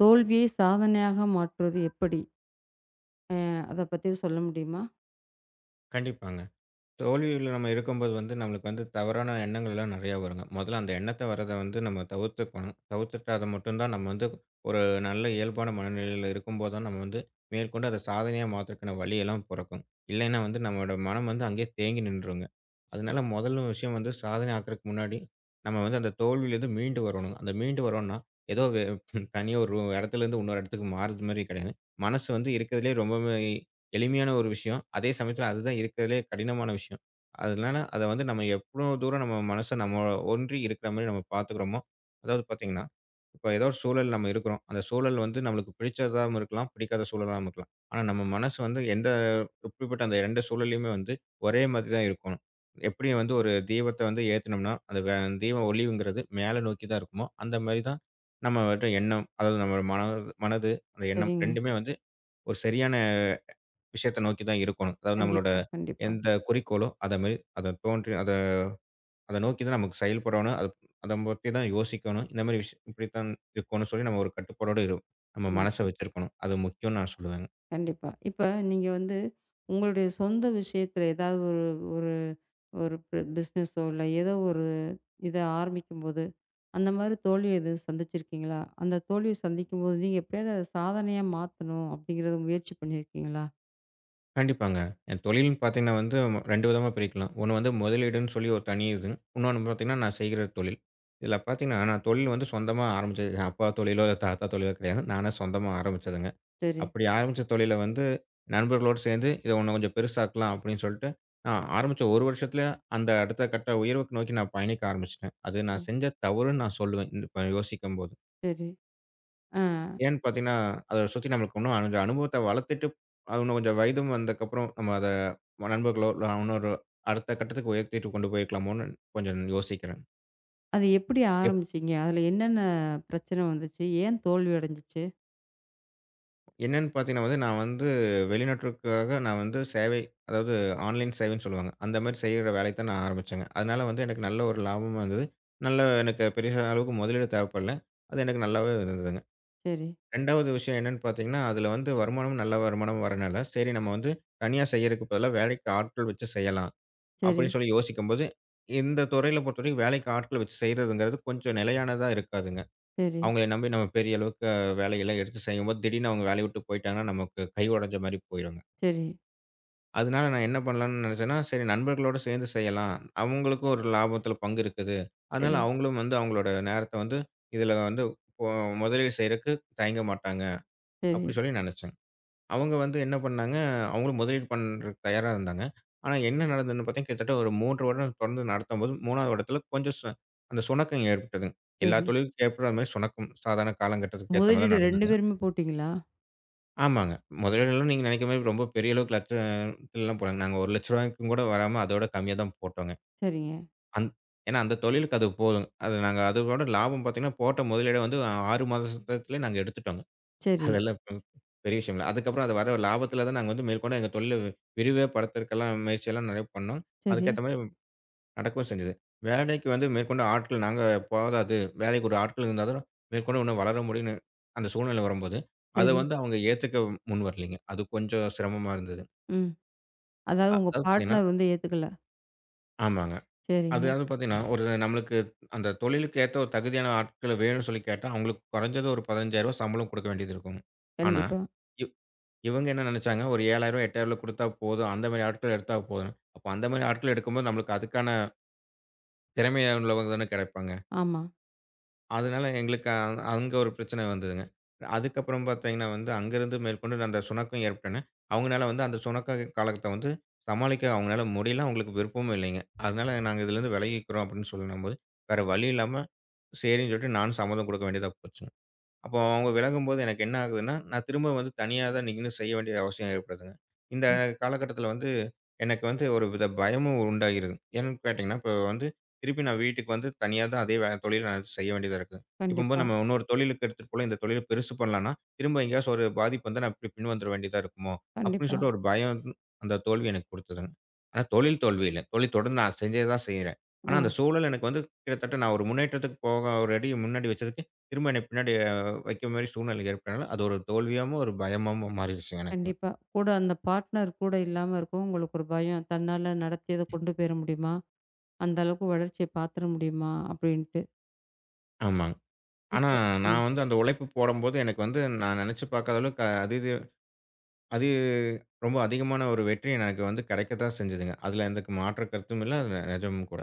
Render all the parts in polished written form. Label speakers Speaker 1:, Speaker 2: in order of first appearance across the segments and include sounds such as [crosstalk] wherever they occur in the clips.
Speaker 1: தோல்வியை சாதனையாக மாற்றுவது எப்படி? அ அத பத்தி சொல்ல முடியுமா?
Speaker 2: கண்டிப்பாங்க. தோல்வியில நம்ம இருக்கும்போது வந்து, நம்மளுக்கு வந்து தவறான எண்ணங்கள்லாம் நெறையா வருங்க. முதல்ல அந்த எண்ணத்த வரத வந்து நம்ம தவிர்த்துக்கணும். தவிர்த்துட்டா அத மட்டும் தான் நம்ம வந்து ஒரு நல்ல இயல்பான மனநிலையில இருக்கும்போது தான் நம்ம வந்து மேற்கொண்டு அத சாதனையா மாத்துறதுக்கான வழியெல்லாம் பொறக்கும். இல்லைன்னா வந்து நம்மளோட மனம் வந்து அங்கேயே தேங்கி நின்றுங்க. அதனால முதல் விஷயம் வந்து சாதனை ஆக்குறதுக்கு முன்னாடி, நம்ம வந்து அந்த தோல்வியிலேருந்து மீண்டு வரணுங்க. அந்த மீண்டு வரோம்ன்னா, ஏதோ வே தனியா ஒரு இடத்துலேருந்து இன்னொரு இடத்துக்கு மாறுறது மாரி கிடையாது. மனசு வந்து இருக்கிறதுலேயே ரொம்பவே எளிமையான ஒரு விஷயம். அதே சமயத்தில அதுதான் இருக்கிறதுலயே கடினமான விஷயம். அதனால அத வந்து நம்ம எவ்ளோ தூரம் நம்ம மனச நம்ம ஒன்றி இருக்கிற மாரி நம்ம பார்த்துக்கிறோமோ, அதாவது பார்த்தீங்கன்னா, இப்ப ஏதோ ஒரு சூழல் நம்ம இருக்கிறோம். அந்த சூழல் வந்து நம்மளுக்கு பிடிச்சதாவும் இருக்கலாம், பிடிக்காத சூழலாவும் இருக்கலாம். ஆனா நம்ம மனசு வந்து எப்படிப்பட்ட அந்த 2 சூழல்லயுமே வந்து ஒரே மாதிரி தான் இருக்கணும். எப்படி வந்து ஒரு தீபத்த வந்து ஏத்துனோம்னா, அந்த வே தீப ஒளிவுங்கிறது மேல நோக்கி தான் இருக்குமோ, அந்த மாரி தான் நம்மட்ட எண்ணம், அதாவது நம்ம மனது, அந்த எண்ணம்
Speaker 1: சரிங்க.
Speaker 2: 2மே வந்து ஒரு சரியான விஷயத்த நோக்கி தான் இருக்கணும். அதாவது நம்மளோட
Speaker 1: கண்டிப்பா, கண்டிப்பா,
Speaker 2: எந்த குறிக்கோளோ, அத மாரி அத தோன்றி அத அத நோக்கி தான் நமக்கு செயல்படணும். அத அத பத்தி தான் யோசிக்கணும். இந்த மாரி விஷயம் இப்படித்தான் இருக்கோன்னு சொல்லி நம்ம ஒரு கட்டுப்பாடோட நம்ம மனச
Speaker 1: கண்டிப்பா,
Speaker 2: வச்சிருக்கணும். அது முக்கியம்னு நான் சொல்லுவேங்க.
Speaker 1: கண்டிப்பா. இப்ப நீங்க வந்து உங்களுடைய சொந்த விஷயத்துல ஏதாவது ஒரு ஒரு ஒரு பிசினஸோ இல்ல ஏதோ ஒரு இத ஆரம்பிக்கும்போது, அந்த மாரி தோல்வி எதுவும் சந்திச்சிருக்கீங்களா? அந்த தோல்விய சந்திக்கும்போது நீங்க எப்படியாவது அத சாதனையா மாத்தணும் அப்படிங்கிறத முயற்சி பண்ணியிருக்கீங்களா?
Speaker 2: கண்டிப்பாங்க. என் தொழில்னு பார்த்தீங்கன்னா வந்து 2 விதமா பிரிக்கலாம். ஒண்ணு வந்து முதலீடுன்னு சொல்லி ஒரு தனி இது. இன்னொன்னு பார்த்தீங்கன்னா, நான் செய்கிற தொழில். இதுல பார்த்தீங்கன்னா, நான் தொழில் வந்து சொந்தமா ஆரம்பிச்சது. எங்க அப்பா தொழிலோ, இல்ல தாத்தா தொழிலோ கிடையாது. நானா சொந்தமா ஆரம்பிச்சதுங்க.
Speaker 1: சரி,
Speaker 2: அப்படி ஆரம்பிச்ச தொழில வந்து நண்பர்களோடு சேர்ந்து, "இத இன்னும் கொஞ்சம் பெருசாக்கலாம்" அப்படின்னு சொல்லிட்டு, நான் ஆரம்பிச்ச 1 வருஷத்துல அந்த அடுத்த கட்ட உயர்வுக்கு நோக்கி நான் பயணிக்க ஆரம்பிச்சுட்டேன். அது நான்
Speaker 1: ம்.
Speaker 2: செஞ்ச தவறுன்னு நான் சொல்லுவேன். இப்ப யோசிக்கும்போது.
Speaker 1: சரி. ஆ.
Speaker 2: ஏன்னு பார்த்தீங்கன்னா, அத சுத்தி நம்மளுக்கு இன்னும் கொஞ்சம் அனுபவத்த வளர்த்துட்டு, அது இன்னும் கொஞ்சம் வயதும் வந்ததுக்கப்புறம் நம்ம அத நண்பர்களோ, இல்ல இன்னொரு அடுத்த கட்டத்துக்கு உயர்த்திட்டு கொண்டு போயிருக்கலாமோன்னு கொஞ்சம் யோசிக்கிறேன்.
Speaker 1: அது எப்படி ஆரம்பிச்சீங்க? அதுல என்னென்ன பிரச்சனை வந்துச்சு? ஏன் தோல்வி அடைஞ்சுச்சு?
Speaker 2: என்னன்னு பார்த்தீங்கன்னா வந்து, நான் வந்து வெளிநாட்டிற்காக நான் வந்து சேவை அதாவது ஆன்லைன் சேவைன்னு சொல்லுவாங்க. அந்த மாரி செய்ற வேலைய தான் நான் ஆரம்பிச்சேங்க. அதனால வந்து எனக்கு நல்ல ஒரு லாபமும் இருந்தது. நல்ல எனக்கு பெரிய அளவுக்கு முதலீடு தேவைப்படல. அது எனக்கு நல்லாவே இருந்ததுங்க.
Speaker 1: சரி.
Speaker 2: 2வது விஷயம் என்னன்னு பார்த்தீங்கன்னா, அதில வந்து வருமானமும் நல்ல வருமானம் வரனால, சரி நம்ம வந்து தனியா செய்யறதுக்கு பதிலா வேலைக்கு ஆட்கள் வச்சு செய்யலாம்.
Speaker 1: சரி,
Speaker 2: அப்படின்னு சொல்லி யோசிக்கும்போது, இந்த துறையில பொறுத்தவரைக்கும் வேலைக்கு ஆட்கள் வச்சு செய்றதுங்கிறது கொஞ்சம் நிலையானதா இருக்காதுங்க.
Speaker 1: சரி,
Speaker 2: அவங்கள நம்பி நம்ம பெரிய அளவுக்கு வேலையெல்லாம் எடுத்து செய்யும்போது, திடீர்னு அவங்க வேலைய விட்டு போயிட்டாங்கன்னா, நமக்கு கை உடைஞ்ச மாரி போயிருங்க.
Speaker 1: சரி,
Speaker 2: அதனால நான் என்ன பண்ணலான்னு நெனச்சேன்னா, சரி நண்பர்களோட சேர்ந்து செய்யலாம். அவங்களுக்கும் ஒரு லாபத்தில பங்கு இருக்குது. அதனால
Speaker 1: சரி,
Speaker 2: அவங்களும் வந்து அவங்களோட நேரத்த வந்து, இதில வந்து இப்போ முதலீடு செய்றக்கு தயங்க மாட்டாங்க.
Speaker 1: சரி,
Speaker 2: அப்டி சொல்லி நெனச்சேன். அவங்க வந்து என்ன பண்ணாங்க, அவங்களும் முதலீடு பண்றதுக்கு தயாரா இருந்தாங்க. ஆனா என்ன நடந்ததுன்னு பார்த்தீங்கன்னா, கிட்டத்தட்ட ஒரு 3 வருடம் தொடர்ந்து நடத்தும்போது, 3வது வருடத்துல கொஞ்சம் அந்த சுணக்கம் ஏற்பட்டதுங்க. எல்லா
Speaker 1: சரி.
Speaker 2: தொழிலுக்கும் ஏற்படுற மாரி சுணக்கம் சாதாரண காலகட்டத்துக்கு ஏத்த மாரி தான்
Speaker 1: முதலீடு 2
Speaker 2: நடந்ததுங்க.
Speaker 1: பேருமே போட்டீங்களா?
Speaker 2: ஆமாங்க. முதலீடெல்லாம் நீங்க நினைக்கிற மாரி ரொம்ப பெரிய அளவுக்கு லட்சத்துலலாம் போடலங்க. நாங்க ரூ. 1,00,000க்கும் கூட வராம அதோட கம்மியா தான் போட்டோங்க.
Speaker 1: சரிங்க.
Speaker 2: அந் ஏன்னா அந்த தொழிலுக்கு அது போதும். அது நாங்க அதோட லாபம் பார்த்தீங்கன்னா, போட்ட முதலீட வந்து 6 மாசத்திலே நாங்க எடுத்துட்டோங்க.
Speaker 1: சரி,
Speaker 2: அதெல்லாம் பெரிய விஷயம் இல்ல. அதுக்கப்புறம் அது வர லாபத்தில தான் நாங்க வந்து மேற்கொண்டு எங்க தொழில விரிவுபடுத்துறதுக்கெல்லாம் முயற்சியெல்லாம் நிறைய பண்ணோம்.
Speaker 1: சரி,
Speaker 2: அதுக்கேத்த மாரி நடக்கவும் செஞ்சது. வேலைக்கு வந்து மேற்கொண்டு ஆட்கள் நாங்க போதாது. வேலைக்கு ஒரு ஆட்கள் இருந்தா தான் மேற்கொண்டு இன்னும் வளர முடியும்ன்னு அந்த சூழ்நிலை வரும்போது, அத
Speaker 1: சரி.
Speaker 2: வந்து அவங்க ஏத்துக்க முன் வரலைங்க. அது கொஞ்சம் சிரமமா இருந்தது.
Speaker 1: ம். அதாவது உங்க
Speaker 2: அதாவது பார்த்தீங்கன்னா
Speaker 1: பார்ட்னர் வந்து ஏத்துக்கல.
Speaker 2: ஆமாங்க.
Speaker 1: சரிங்க.
Speaker 2: அதாவது பார்த்தீங்கன்னா, ஒரு நம்மளுக்கு அந்த தொழிலுக்கு ஏத்த ஒரு தகுதியான ஆட்கள் வேணும்னு சொல்லி கேட்டா, அவங்களுக்கு குறைஞ்சது ஒரு ரூ. 15,000 சம்பளம் குடுக்க வேண்டியது இருக்கும். ஆனா,
Speaker 1: கண்டிப்பா.
Speaker 2: இ இவங்க என்ன நினைச்சாங்க, ஒரு 7,000 ரூ. 8,000 குடுத்தா போதும். அந்த மாரி ஆட்கள் எடுத்தா போதும். அப்ப அந்த மாரி ஆட்கள் எடுக்கும்போது நம்மளுக்கு அதுக்கான திறமை உள்ளவங்க தானே கிடைப்பாங்க.
Speaker 1: ஆமா.
Speaker 2: அதனால எங்களுக்கு அங்க ஒரு பிரச்சனை வந்ததுங்க. அதுக்கப்புறம் பார்த்தீங்கன்னா வந்து, அங்கருந்து மேற்கொண்டு நான் அந்த சுணக்கம் ஏற்பட்டோனே, அவங்கனால வந்து அந்த சுணக்க காலத்த வந்து சமாளிக்க அவங்கனால முடியல. அவங்களுக்கு விருப்பமும் இல்லைங்க. அதனால நாங்க இதுலருந்து விலகிக்கிறோம் அப்படின்னு சொல்லும்போது, வேற வழி இல்லாம சரின்னு சொல்லிட்டு நானும் சம்மதம் குடுக்க வேண்டியதா போச்சுங்க. அப்போ அவங்க விலகும்போது எனக்கு என்ன ஆகுதுன்னா, நான் திரும்ப வந்து தனியா தான் நின்னு செய்ய வேண்டிய அவசியம் ஏற்படுதுங்க. இந்த
Speaker 1: ம்.
Speaker 2: காலகட்டத்தில வந்து எனக்கு வந்து ஒரு வித பயமும் உண்டாகிறது. ஏன்னு கேட்டீங்கன்னா, இப்போ வந்து திருப்பி நான் வீட்டுக்கு வந்து தனியா தான் அதே தொழில நான் செய்ய வேண்டியதா இருக்கு. இப்பம்போது
Speaker 1: கண்டிப்பா,
Speaker 2: நம்ம இன்னொரு தொழிலுக்கு எடுத்துட்டு போல இந்த தொழில பெருசு பண்ணலான்னா, திரும்ப எங்கேயாச்சும் ஒரு பாதிப்பு வந்தா நான் பின் பின் வந்துற வேண்டியதா இருக்குமோ! அப்பிடின்னு
Speaker 1: கண்டிப்பா.
Speaker 2: சொல்லிட்டு ஒரு பயம் அந்த தோல்வி எனக்கு கொடுத்ததுங்க. ஆனா தொழில் தோல்வி இல்ல. தொழில் தொடர்ந்து நான் செஞ்சே தான் செய்றேன். ஆனா
Speaker 1: ஆ.
Speaker 2: அந்த சூழல் எனக்கு வந்து கிட்டத்தட்ட நான் ஒரு முன்னேற்றத்துக்கு போக ஒரு அடி முன்னாடி வச்சதுக்கு, திரும்ப என்னை பின்னாடி வைக்கிற மாரி சூழ்நிலை ஏற்பட்டனால, அது ஒரு தோல்வியாவும், ஒரு பயமாவும் மாறிடுச்சு எனக்கு.
Speaker 1: கண்டிப்பா. கூட அந்த பார்ட்னர் கூட இல்லாம இருக்கும். உங்களுக்கு ஒரு பயம். தன்னால நடத்தி அத கொண்டு போயிற முடியுமா? அந்த அளவுக்கு வளர்ச்சிய பார்த்துற முடியுமா? அப்படின்ட்டு.
Speaker 2: ஆமாங்க. ஆனா,
Speaker 1: இப்ப ம்.
Speaker 2: நான் வந்து அந்த உழைப்பு போடம்போது எனக்கு வந்து நான் நெனச்சு பாக்காத அளவுக்கு அது இது அது ரொம்ப அதிகமான ஒரு வெற்றி எனக்கு வந்து கெடைக்க தான் செஞ்சதுங்க. அதுல எந்த மாற்று கருத்தும் இல்ல. அது நெஜமும் கூட.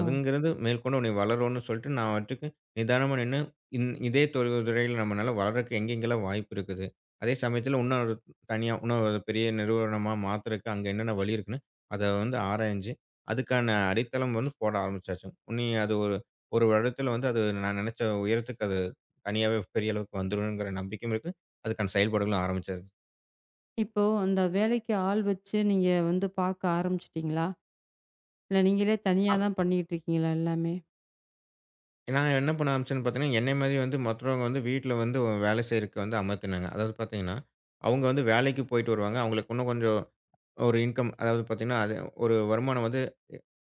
Speaker 1: ஆ.
Speaker 2: மேற்கொண்டு உன்னை வளரும்னு சொல்லிட்டு, நான் பாட்டுக்கு நிதானமா நின்னு, இதே துறையில நம்மனால வளர்றக்கு எங்கெங்கெல்லாம் வாய்ப்பு இருக்குது? அதே சமயத்தில இன்னும் ஒரு தனியா இன்னும் ஒரு பெரிய நிறுவனமா மாத்துறக்கு அங்க என்னென்ன வழி இருக்குன்னு, அத வந்து ஆராய்ஞ்சு, அதுக்கான அடித்தளம் வந்து போட ஆரம்பிச்சாச்சு. அது ஒரு ஒரு வருடத்தில வந்து அது நான் நெனச்ச உயரத்துக்கு அது தனியாவே பெரிய அளவுக்கு வந்துரும்ங்கிற நம்பிக்கையும் இருக்கு. அதுக்கான செயல்பாடுகளும் ஆரம்பிச்சாச்சு.
Speaker 1: இப்போ அந்த வேலைக்கு ஆள் வச்சு நீங்க வந்து பார்க்க ஆரம்பிச்சுட்டீங்களா? இல்ல நீங்களே
Speaker 2: அ
Speaker 1: தனியா தான் பண்ணிக்கிட்டு இருக்கீங்களா எல்லாமே?
Speaker 2: நான் என்ன பண்ண ஆரம்பிச்சேன்னு பார்த்தீங்கன்னா, என்னைய மாரி வந்து மத்தவங்க வந்து வீட்ல வந்து வேலை செய்றதுக்கு வந்து அமர்த்தினாங்க. அதாவது பார்த்தீங்கன்னா, அவங்க வந்து வேலைக்கு போயிட்டு வருவாங்க. அவங்களுக்கு இன்னும் கொஞ்சம் ஒரு இன்கம் அதாவது பார்த்தீங்கன்னா, அது ஒரு வருமானம் வந்து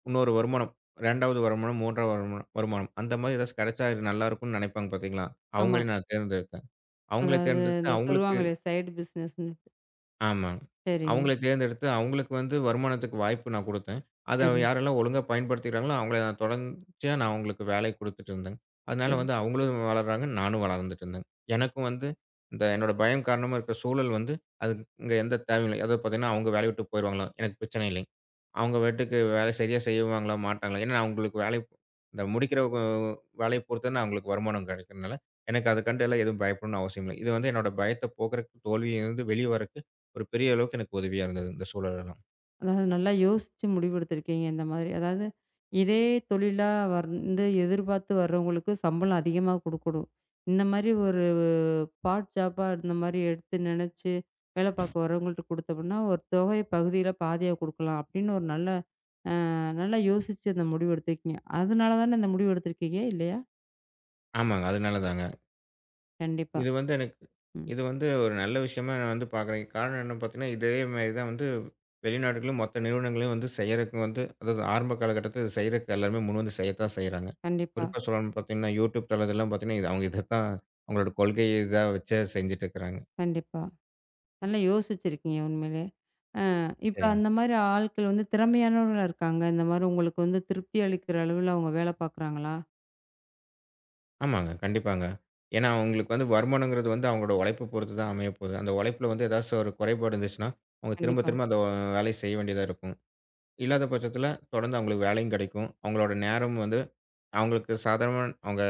Speaker 2: இன்னொரு வருமானம் 2வது வருமானம், 3வது வருமானம் வருமானம் அந்த மாரி ஏதாச்சும் கிடைச்சா இது நல்லாருக்கும்னு நினைப்பாங்க பார்த்தீங்களா?
Speaker 1: ஆமா.
Speaker 2: அவங்கள நான் தேர்ந்தெடுத்தேன். அவங்கள
Speaker 1: அதாவது
Speaker 2: தேர்ந்தெடுத்து
Speaker 1: இந்த
Speaker 2: அவங்களுக்கு
Speaker 1: சொல்லுவாங்களே சைடு பிசினஸ்ன்னு.
Speaker 2: ஆமாங்க.
Speaker 1: சரிங்க.
Speaker 2: அவங்கள தேர்ந்தெடுத்து, அவங்களுக்கு வந்து வருமானத்துக்கு வாய்ப்பு நான் குடுத்தேன். அத
Speaker 1: சரி,
Speaker 2: யாரெல்லாம் ஒழுங்கா பயன்படுத்திக்கிறாங்களோ, அவங்கள நான் தொடர்ச்சியா நான் அவங்களுக்கு வேலை குடுத்துட்டு இருந்தேங்க. அதனால
Speaker 1: சரி.
Speaker 2: வந்து அவங்களும் வளர்றாங்க, நானும் வளர்ந்துட்டு இருந்தேங்க. எனக்கும் வந்து இந்த என்னோட பயம் காரணமா இருக்க சூழல் வந்து, அது இங்க எந்த தேவையும் இல்லை. அதாவது பார்த்தீங்கன்னா, அவங்க வேலைய விட்டு போயிருவாங்களா? எனக்கு பிரச்சனை இல்லை. அவங்க பாட்டுக்கு வேலை சரியா செய்வாங்களா? மாட்டாங்களா? ஏன்னா அவங்களுக்கு வேலை இந்த முடிக்கிற கு வேலைய பொறுத்து தான் அவங்களுக்கு வருமானம் கிடைக்கிறனால, எனக்கு அத கண்டு எல்லாம் எதுவும் பயப்படணும்னு அவசியம் இல்ல. இது வந்து என்னோட பயத்த போக்குறக்கு, தோல்வியிலிருந்து வெளிய வரக்கு ஒரு பெரிய அளவுக்கு எனக்கு உதவியா இருந்தது, இந்த சூழல் எல்லாம்.
Speaker 1: அதாவது நல்லா யோசிச்சு முடிவெடுத்திருக்கீங்க இந்த மாதிரி. அதாவது இதே தொழிலா வந்து எதிர்பார்த்து வர்றவங்களுக்கு சம்பளம் அதிகமா குடுக்கணும். இந்த மாதிரி ஒரு பார்ட் ஜாப்பா இந்த மாதிரி எடுத்து நெனச்சு வேலை பார்க்க வரவங்கள்ட்ட குடுத்தோம்னா, ஒரு தொகை பகுதியில பாதியா குடுக்கலாம் அப்படின்னு ஒரு நல்ல அ நல்லா யோசிச்சு அந்த முடிவு எடுத்திருக்கீங்க. அதனால தானே இந்த முடிவு எடுத்திருக்கீங்க இல்லையா?
Speaker 2: ஆமாங்க. அதனால தாங்க.
Speaker 1: கண்டிப்பா.
Speaker 2: இது வந்து எனக்கு
Speaker 1: ம்.
Speaker 2: இது வந்து ஒரு நல்ல விஷயமா நான் வந்து பார்க்குறேன். காரணம் என்னன்னு பார்த்தீங்கன்னா, இதே மாரி தான் வந்து வெளிநாடுகளும், மொத்த நிறுவனங்களையும் வந்து செய்றதுக்கு வந்து அதாவது ஆரம்ப காலகட்டத்தில இத செய்றதுக்கு எல்லாருமே முன்வந்து செய்யத்தான் செய்றாங்க.
Speaker 1: கண்டிப்பா,
Speaker 2: குறிப்பா சொல்லணும்னு பார்த்தீங்கன்னா, YouTube தளத்திலாம் பார்த்தீங்கன்னா, இது அவங்க இதத்தான் அவங்களோட கொள்கை இதா வச்சே செஞ்சுட்டு இருக்கிறாங்க.
Speaker 1: கண்டிப்பா. நல்லா யோசிச்சிருக்கீங்க உண்மையிலே. இப்ப
Speaker 2: சரிங்க.
Speaker 1: அந்த மாரி ஆட்கள் வந்து திறமையானவர்களா இருக்காங்க. இந்த மாரி உங்களுக்கு வந்து திருப்தி அளிக்கிற அளவுல அவங்க வேலை பார்க்குறாங்களா?
Speaker 2: ஆமாங்க. கண்டிப்பாங்க. ஏன்னா, அவங்களுக்கு வந்து வருமானங்கிறது வந்து அவங்களோட உழைப்பு பொறுத்து தான் அமையப்போகுது. அந்த உழைப்பில வந்து ஏதாச்சும் ஒரு குறைபாடு இருந்துச்சுன்னா, அவங்க திரும்ப
Speaker 1: கண்டிப்பா.
Speaker 2: திரும்ப அந்த வேலைய செய்ய வேண்டியதா இருக்கும். இல்லாத பட்சத்தில, தொடர்ந்து அவங்களுக்கு வேலையும் கிடைக்கும். அவங்களோட நேரம் வந்து அவங்களுக்கு சாதாரணமா அவங்க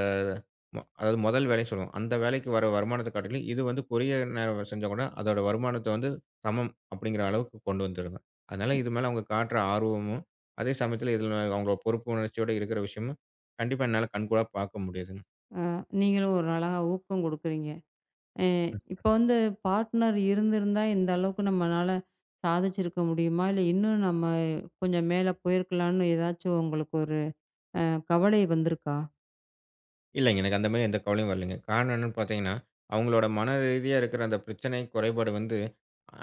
Speaker 2: அதாவது முதல் வேலை சொல்லுவோம். அந்த வேலைக்கு வர வருமானத்த காட்டிலும், இது வந்து குறுகிய நேரம் செஞ்சா கூட, அதோட வருமானத்த வந்து சமம் அப்படிங்கிற அளவுக்கு கொண்டு வந்துருங்க. அதனால இது மேல அவங்க காட்டுற ஆர்வமும், அதே சமயத்தில இதில அவங்களோட பொறுப்பு உணர்ச்சியோட இருக்கிற விஷயமும், கண்டிப்பா என்னால கண்கூடா பார்க்க முடியுதுங்க.
Speaker 1: அ நீங்களும் ஒரு அழகா ஊக்கம் குடுக்குறீங்க. அ இப்ப வந்து பார்ட்னர் இருந்திருந்தா இந்த அளவுக்கு நம்மனால சாதிச்சிருக்க முடியுமா? இல்ல இன்னும் நம்ம கொஞ்சம் மேல போயிருக்கலாம்னு ஏதாச்சும் உங்களுக்கு ஒரு அ கவலை வந்திருக்கா?
Speaker 2: இல்லைங்க. எனக்கு அந்த மாரி எந்த கவலையும் வரலைங்க. காரணம் என்னன்னு பார்த்தீங்கன்னா, அவங்களோட மன ரீதியா இருக்கிற அந்த பிரச்சனை, குறைபாடு வந்து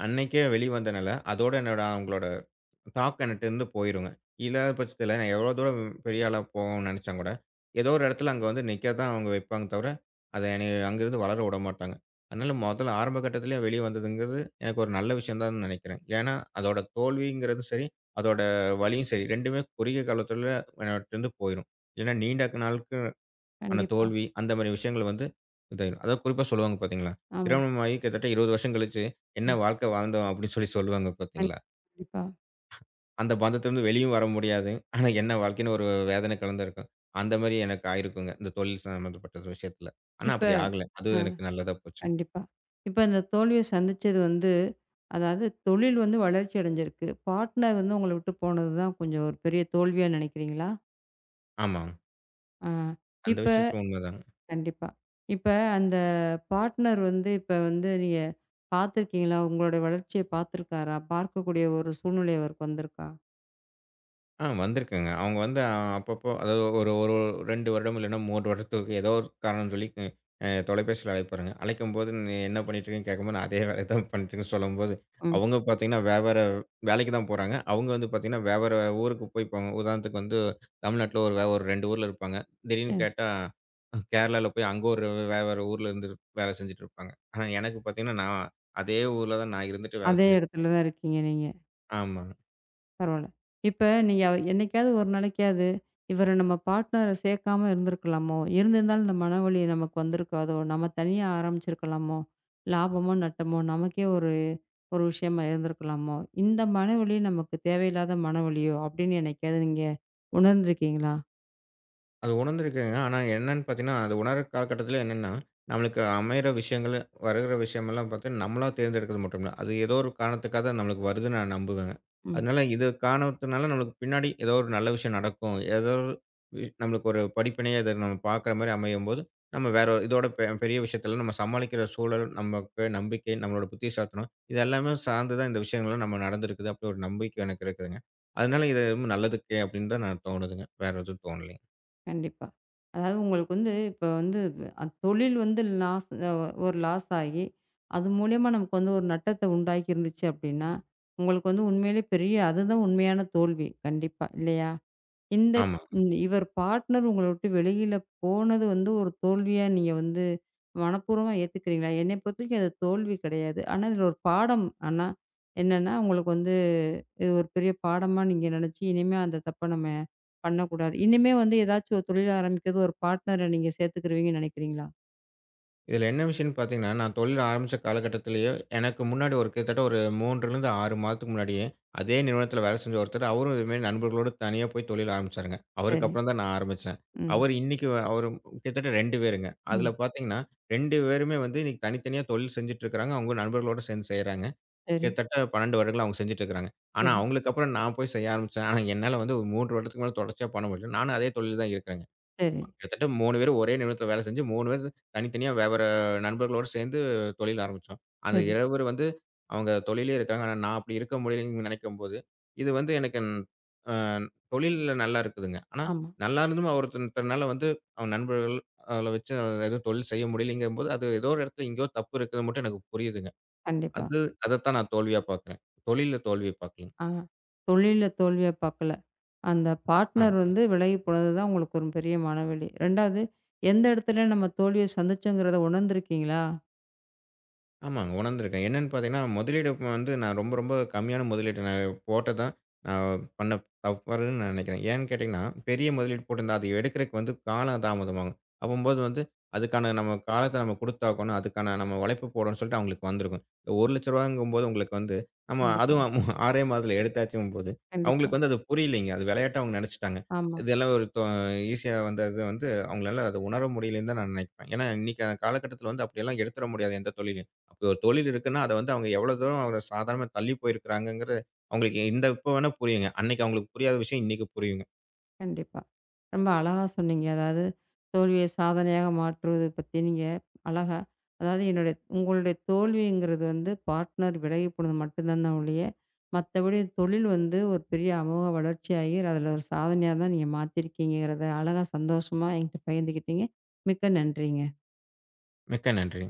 Speaker 2: அன்னைக்கே வெளிவந்தனால, அதோட என்னோட அவங்களோட டாக் எனட்டருந்து போயிருங்க. இல்லாத பட்சத்தில நான் எவ்வளோ தூரம் பெரிய ஆளா போவோம்னு நெனச்சா கூட, ஏதோ ஒரு இடத்துல அங்க வந்து நிக்க தான் அவங்க வைப்பாங்க தவிர, அத என்னைய அங்கருந்து வளர விடமாட்டாங்க. அதனால முதல்ல ஆரம்ப கட்டத்திலேயே வெளிய வந்ததுங்கிறது எனக்கு ஒரு நல்ல விஷயம் தான் நெனைக்கிறேன். ஏன்னா, அதோட தோல்விங்கிறதும் சரி, அதோட வலியும் சரி 2மே குறுகிய காலத்துல என்னட்டருந்து போயிரும். இல்லன்னா நீண்ட நாளுக்கு ஆன
Speaker 1: கண்டிப்பா.
Speaker 2: தோல்வி அந்த மாரி விஷயங்கள் வந்து இதாயிரும். அதாவது குறிப்பா சொல்லுவாங்க பாத்தீங்களா,
Speaker 1: ஆமா.
Speaker 2: திருமணமாகி கிட்டத்தட்ட 20 வருஷம் கழிச்சு, "என்ன
Speaker 1: ம்.
Speaker 2: வாழ்க்கை வாழ்ந்தோம்" அப்படின்னு சொல்லி சொல்லுவாங்க
Speaker 1: கண்
Speaker 2: பாத்தீங்களா?
Speaker 1: கண்டிப்பா.
Speaker 2: அந்த பந்தத்துலருந்து வெளியும் வர முடியாது. ஆனா, என்ன வாழ்க்கைன்னு ஒரு வேதனை கலந்திருக்கும். அந்த மாரி எனக்கு ஆயிருக்குங்க. இந்த தொழில் சம்மந்தப்பட்ட விஷயத்துல. ஆனா,
Speaker 1: இப்ப
Speaker 2: அப்படி ஆகல. அது
Speaker 1: அ.
Speaker 2: எனக்கு நல்லதா போச்சுங்க.
Speaker 1: கண்டிப்பா. இப்ப இந்த தோல்விய சந்திச்சது வந்து, அதாவது தொழில் வந்து வளர்ச்சி அடைஞ்சிருக்கு. பார்ட்னர் வந்து உங்கள விட்டு போனது தான் கொஞ்சம் ஒரு பெரிய தோல்வியா நினைக்கிறீங்களா?
Speaker 2: ஆமா.
Speaker 1: ஆ.
Speaker 2: அந்த
Speaker 1: இப்ப
Speaker 2: விஷயத்துல உண்மதான்.
Speaker 1: கண்டிப்பா. இப்ப அந்த பார்ட்னர் வந்து இப்ப வந்து நீங்க பார்த்துருக்கீங்களா? உங்களோட வளர்ச்சிய பார்த்துருக்காரா? பார்க்கக்கூடிய ஒரு சூழ்நிலை அவருக்கு வந்திருக்கா?
Speaker 2: ஆ வந்திருக்குங்க. அவங்க வந்து ஆ, அப்பப்போ அதாவது ஒரு ஒரு 2 வருடம் இல்லன்னா 3 வருடத்துக்கு ஏதோ ஒரு காரணம் சொல்லி தொலைபேசியில அழைப்பாருங்க. அழைக்கும்போது "நீ என்ன பண்ணிட்டுருக்கன்னு?" கேட்கும்போது, "நான் அதே வேலைய தான் பண்ணிட்டுருக்கேன்னு" சொல்லும்போது,
Speaker 1: ம்.
Speaker 2: அவங்க பார்த்தீங்கன்னா வெவ்வேற வேலைக்கு தான் போறாங்க. அவங்க வந்து பார்த்தீங்கன்னா வெவ்வேற ஊருக்கு போய்ப்பாங்க. உதாரணத்துக்கு வந்து தமிழ்நாட்ல ஒரு ஒரு 2 ஊர்ல இருப்பாங்க. திடீர்னு
Speaker 1: சரி.
Speaker 2: கேட்டா கேரளால போய் அங்க ஒரு வேவ்வேற ஊர்ல இருந்து வேலை செஞ்சுட்டு இருப்பாங்க. ஆனா எனக்கு பார்த்தீங்கன்னா நான் அதே ஊர்ல தான் நான் இருந்துட்டு வேலை
Speaker 1: அதே
Speaker 2: செஞ்சுட்டு
Speaker 1: இடத்துல தான் இருக்கீங்க நீங்க.
Speaker 2: ஆமா.
Speaker 1: பரவால்ல. இப்ப நீங்க என்னைக்காவது ஒரு நாளைக்காவது, இவர நம்ம பார்ட்னர சேர்க்காம இருந்திருக்கலாமோ? இருந்திருந்தாலும் இந்த மனவலி நமக்கு வந்திருக்காதோ? நம்ம தனியா ஆரம்பிச்சிருக்கலாமோ? லாபமோ, நட்டமோ நமக்கே ஒரு ஒரு விஷயமா இருந்திருக்கலாமோ? இந்த மனவலி நமக்கு தேவையில்லாத மனவலியோ? அப்படின்னு என்னைக்காவது நீங்க உணர்ந்திருக்கீங்களா?
Speaker 2: அது உணர்ந்திருக்கேங்க. ஆனா என்னன்னு பார்த்தீங்கன்னா, அது உணர்ற காலகட்டத்தில என்னன்னா, நம்மளுக்கு அமையிற விஷயங்கள், வருகிற விஷயமெல்லாம் பார்த்து நம்மளா தேர்ந்தெடுக்கிறது மட்டும் இல்ல. அது ஏதோ ஒரு காரணத்துக்காக தான் நம்மளுக்கு வருதுன்னு நான் நம்புவேங்க.
Speaker 1: ம்.
Speaker 2: அதனால இது காரணத்தினால நம்மளுக்கு பின்னாடி ஏதோ ஒரு நல்ல விஷயம் நடக்கும். ஏதோ ஒரு நம்மளுக்கு ஒரு படிப்பினையே அது நம்ம பார்க்குற மாரி அமையும்போது, நம்ம வேற ஒரு இதோட பெரிய விஷயத்தலாம் நம்ம சமாளிக்கிற சூழல், நமக்கு நம்பிக்கை, நம்மளோட புத்திசாலித்தனம் இது எல்லாமே சார்ந்து தான் இந்த விஷயங்கள்லாம் நம்ம நடந்திருக்குது. அப்படி ஒரு நம்பிக்கை எனக்கு இருக்குதுங்க. அதனால இது நல்லதுக்கே அப்படின்னு தான் நான் தோணுதுங்க. வேற எதுவும் தோணலைங்க.
Speaker 1: கண்டிப்பா. அதாவது உங்களுக்கு வந்து இப்ப வந்து தொழில் வந்து லாஸ் ஒரு லாஸ் ஆகி, அது மூலியமா நமக்கு வந்து ஒரு நட்டத்த உண்டாக்கி இருந்துச்சு அப்டின்னா, உங்களுக்கு வந்து உண்மையிலேயே பெரிய அதுதான் உண்மையான தோல்வி. கண்டிப்பா. இல்லையா? இந்த
Speaker 2: ஆமாங்க.
Speaker 1: இந்த இவர் பார்ட்னர் உங்கள விட்டு வெளியில போனது வந்து ஒரு தோல்வியா நீங்க வந்து மனப்பூர்வமா ஏத்துக்கிறீங்களா? என்னைய பொறுத்தவரைக்கும் அது தோல்வி கிடையாது. ஆனா, இதுல ஒரு பாடம் ஆனா என்னன்னா, உங்களுக்கு வந்து இது ஒரு பெரிய பாடமா நீங்க நெனச்சு, இனிமே அந்த தப்ப நம்ம பண்ணக்கூடாது. இனிமே வந்து ஏதாச்சும் ஒரு தொழில் ஆரம்பிக்கிறது ஒரு பார்ட்னர நீங்க சேர்த்துக்குருவீங்கன்னு நெனைக்கிறீங்களா?
Speaker 2: இதில என்ன விஷயம்ன்னு பார்த்தீங்கன்னா, நான் தொழில் ஆரம்பிச்ச காலகட்டத்திலேயே, எனக்கு முன்னாடி ஒரு கிட்டத்தட்ட ஒரு 3லிருந்து 6 மாதத்துக்கு முன்னாடியே, அதே நிறுவனத்தில வேலை செஞ்ச ஒருத்தர், அவரும் இதுமாரி நண்பர்களோட தனியா போய் தொழில் ஆரம்பிச்சாருங்க. அவருக்கு
Speaker 1: சரி.
Speaker 2: அப்புறம் தான் நான் ஆரம்பிச்சேன்.
Speaker 1: ம்.
Speaker 2: அவர் இன்னைக்கு அவரு கிட்டத்தட்ட 2 பேருங்க. அதில
Speaker 1: ம்.
Speaker 2: பார்த்தீங்கன்னா, 2 பேருமே வந்து இன்னைக்கு தனித்தனியா தொழில் செஞ்சுட்டு இருக்கிறாங்க. அவங்க நண்பர்களோட சேர்ந்து செய்றாங்க.
Speaker 1: சரி,
Speaker 2: கிட்டத்தட்ட 12 வருடங்களா அவங்க செஞ்சுட்டு இருக்கிறாங்க. ஆனா,
Speaker 1: சரி,
Speaker 2: அவங்களுக்கு அப்புறம் நான் போய் செய்ய ஆரம்பிச்சேன். ஆனா, என்னால வந்து ஒரு 3 வருடத்துக்கு மேல தொடர்ச்சியா பண்ண முடியல. நானும் அதே தொழில்ல தான் இருக்கிறேங்க.
Speaker 1: சரி,
Speaker 2: கிட்டத்தட்ட 3 பேரும் ஒரே நிறுவனத்துல வேலை செஞ்சு 3 பேரும் தனித்தனியா வெவ்வேற நண்பர்களோட சேர்ந்து தொழில் ஆரம்பிச்சோம். அந்த
Speaker 1: சரி.
Speaker 2: 7 பேர் வந்து அவங்க தொழிலே இருக்காங்க. ஆனா நான் அப்படி இருக்க முடியலன்னு நினைக்கும்போது, இது வந்து எனக்கு அ தொழில்ல நல்லா இருக்குதுங்க. ஆனா
Speaker 1: ஆமா.
Speaker 2: நல்லா இருந்தும் ஒருத்தர்னால வந்து அவன் நண்பர்கள் அதுல வச்சு எதுவும் தொழில் செய்ய முடியலங்கும்போது, அது ஏதோ ஒரு இடத்துல எங்கேயோ தப்பு இருக்குது மட்டும் எனக்கு புரியுதுங்க.
Speaker 1: கண்டிப்பா.
Speaker 2: அது அதத்தான் நான் தோல்வியா பார்க்குறேன். தொழில்ல தோல்விய பார்க்கலங்க.
Speaker 1: ஆ. தொழில்ல தோல்விய பாக்கல. அந்த
Speaker 2: ஆ.
Speaker 1: பார்ட்னர் வந்து விலகி போனது தான் உங்களுக்கு ஒரு பெரிய மனவலி. 2வது எந்த இடத்துல நம்ம தோல்விய சந்திச்சோங்கிறத உணர்ந்திருக்கீங்களா?
Speaker 2: ஆமாங்க. உணர்ந்திருக்கேன். என்னன்னு பார்த்தீங்கன்னா, முதலீடு இப்ப வந்து நான் ரொம்ப, ரொம்ப கம்மியான முதலீடு நான் போட்டது தான் நான் பண்ண தவறுன்னு நான் நினைக்கிறேன். ஏன்னு கேட்டீங்கன்னா, பெரிய முதலீடு போட்டிருந்தா, அது எடுக்கிறக்கு வந்து காலம் தாமதமாகும். அப்பம்போது வந்து அதுக்கான நம்ம காலத்த நம்ம குடுத்தாகணும். அதுக்கான நம்ம உழைப்பு போடணும்னு சொல்லிட்டு அவங்களுக்கு வந்திருக்கும். ரூ. 1,00,000ங்கும்போது உங்களுக்கு வந்து நம்ம
Speaker 1: கண்டிப்பா,
Speaker 2: அதுவும் 6 [laughs] மாதத்துல எடுத்தாச்சுங்கும்போது,
Speaker 1: கண்டிப்பா.
Speaker 2: அவங்களுக்கு வந்து அது புரியலைங்க. அது விளையாட்டா அவங்க நினைச்சுட்டாங்க.
Speaker 1: ஆமா.
Speaker 2: இதெல்லாம் ஒரு ஈஸியா வந்தது வந்து அவங்களால அத உணர முடியலைன்னு தான் நான் நினைப்பேன். ஏன்னா, இன்னைக்கு காலகட்டத்தில வந்து அப்படியெல்லாம் எடுத்துற முடியாது எந்த தொழிலும். அப்படி ஒரு தொழில் இருக்குன்னா, அத வந்து அவங்க எவ்வளோ தூரம் அவங்க சாதாரணமா தள்ளி போயிருக்கிறாங்கங்கிறது, அவங்களுக்கு இந்த இப்ப வேணா புரியுங்க. அன்னைக்கு அவங்களுக்கு புரியாத விஷயம் இன்னைக்கு புரியுங்க.
Speaker 1: கண்டிப்பா. ரொம்ப அழகா சொன்னீங்க. அதாவது தோல்வியை சாதனையாக மாற்றுவது பத்தி நீங்க அழகா அதாவது என்னுடைய உங்களுடைய தோல்விங்கிறது வந்து பார்ட்னர் விலகி போனது மட்டும் தான் தான் ஒழிய, மத்தபடி தொழில் வந்து ஒரு பெரிய அமோக வளர்ச்சியாகி அதில ஒரு சாதனையா தான் நீங்க மாத்தியிருக்கீங்கங்கிறத அழகா சந்தோஷமா என்கிட்ட பகிர்ந்துக்கிட்டீங்க. மிக்க நன்றிங்க.
Speaker 2: மிக்க நன்றி.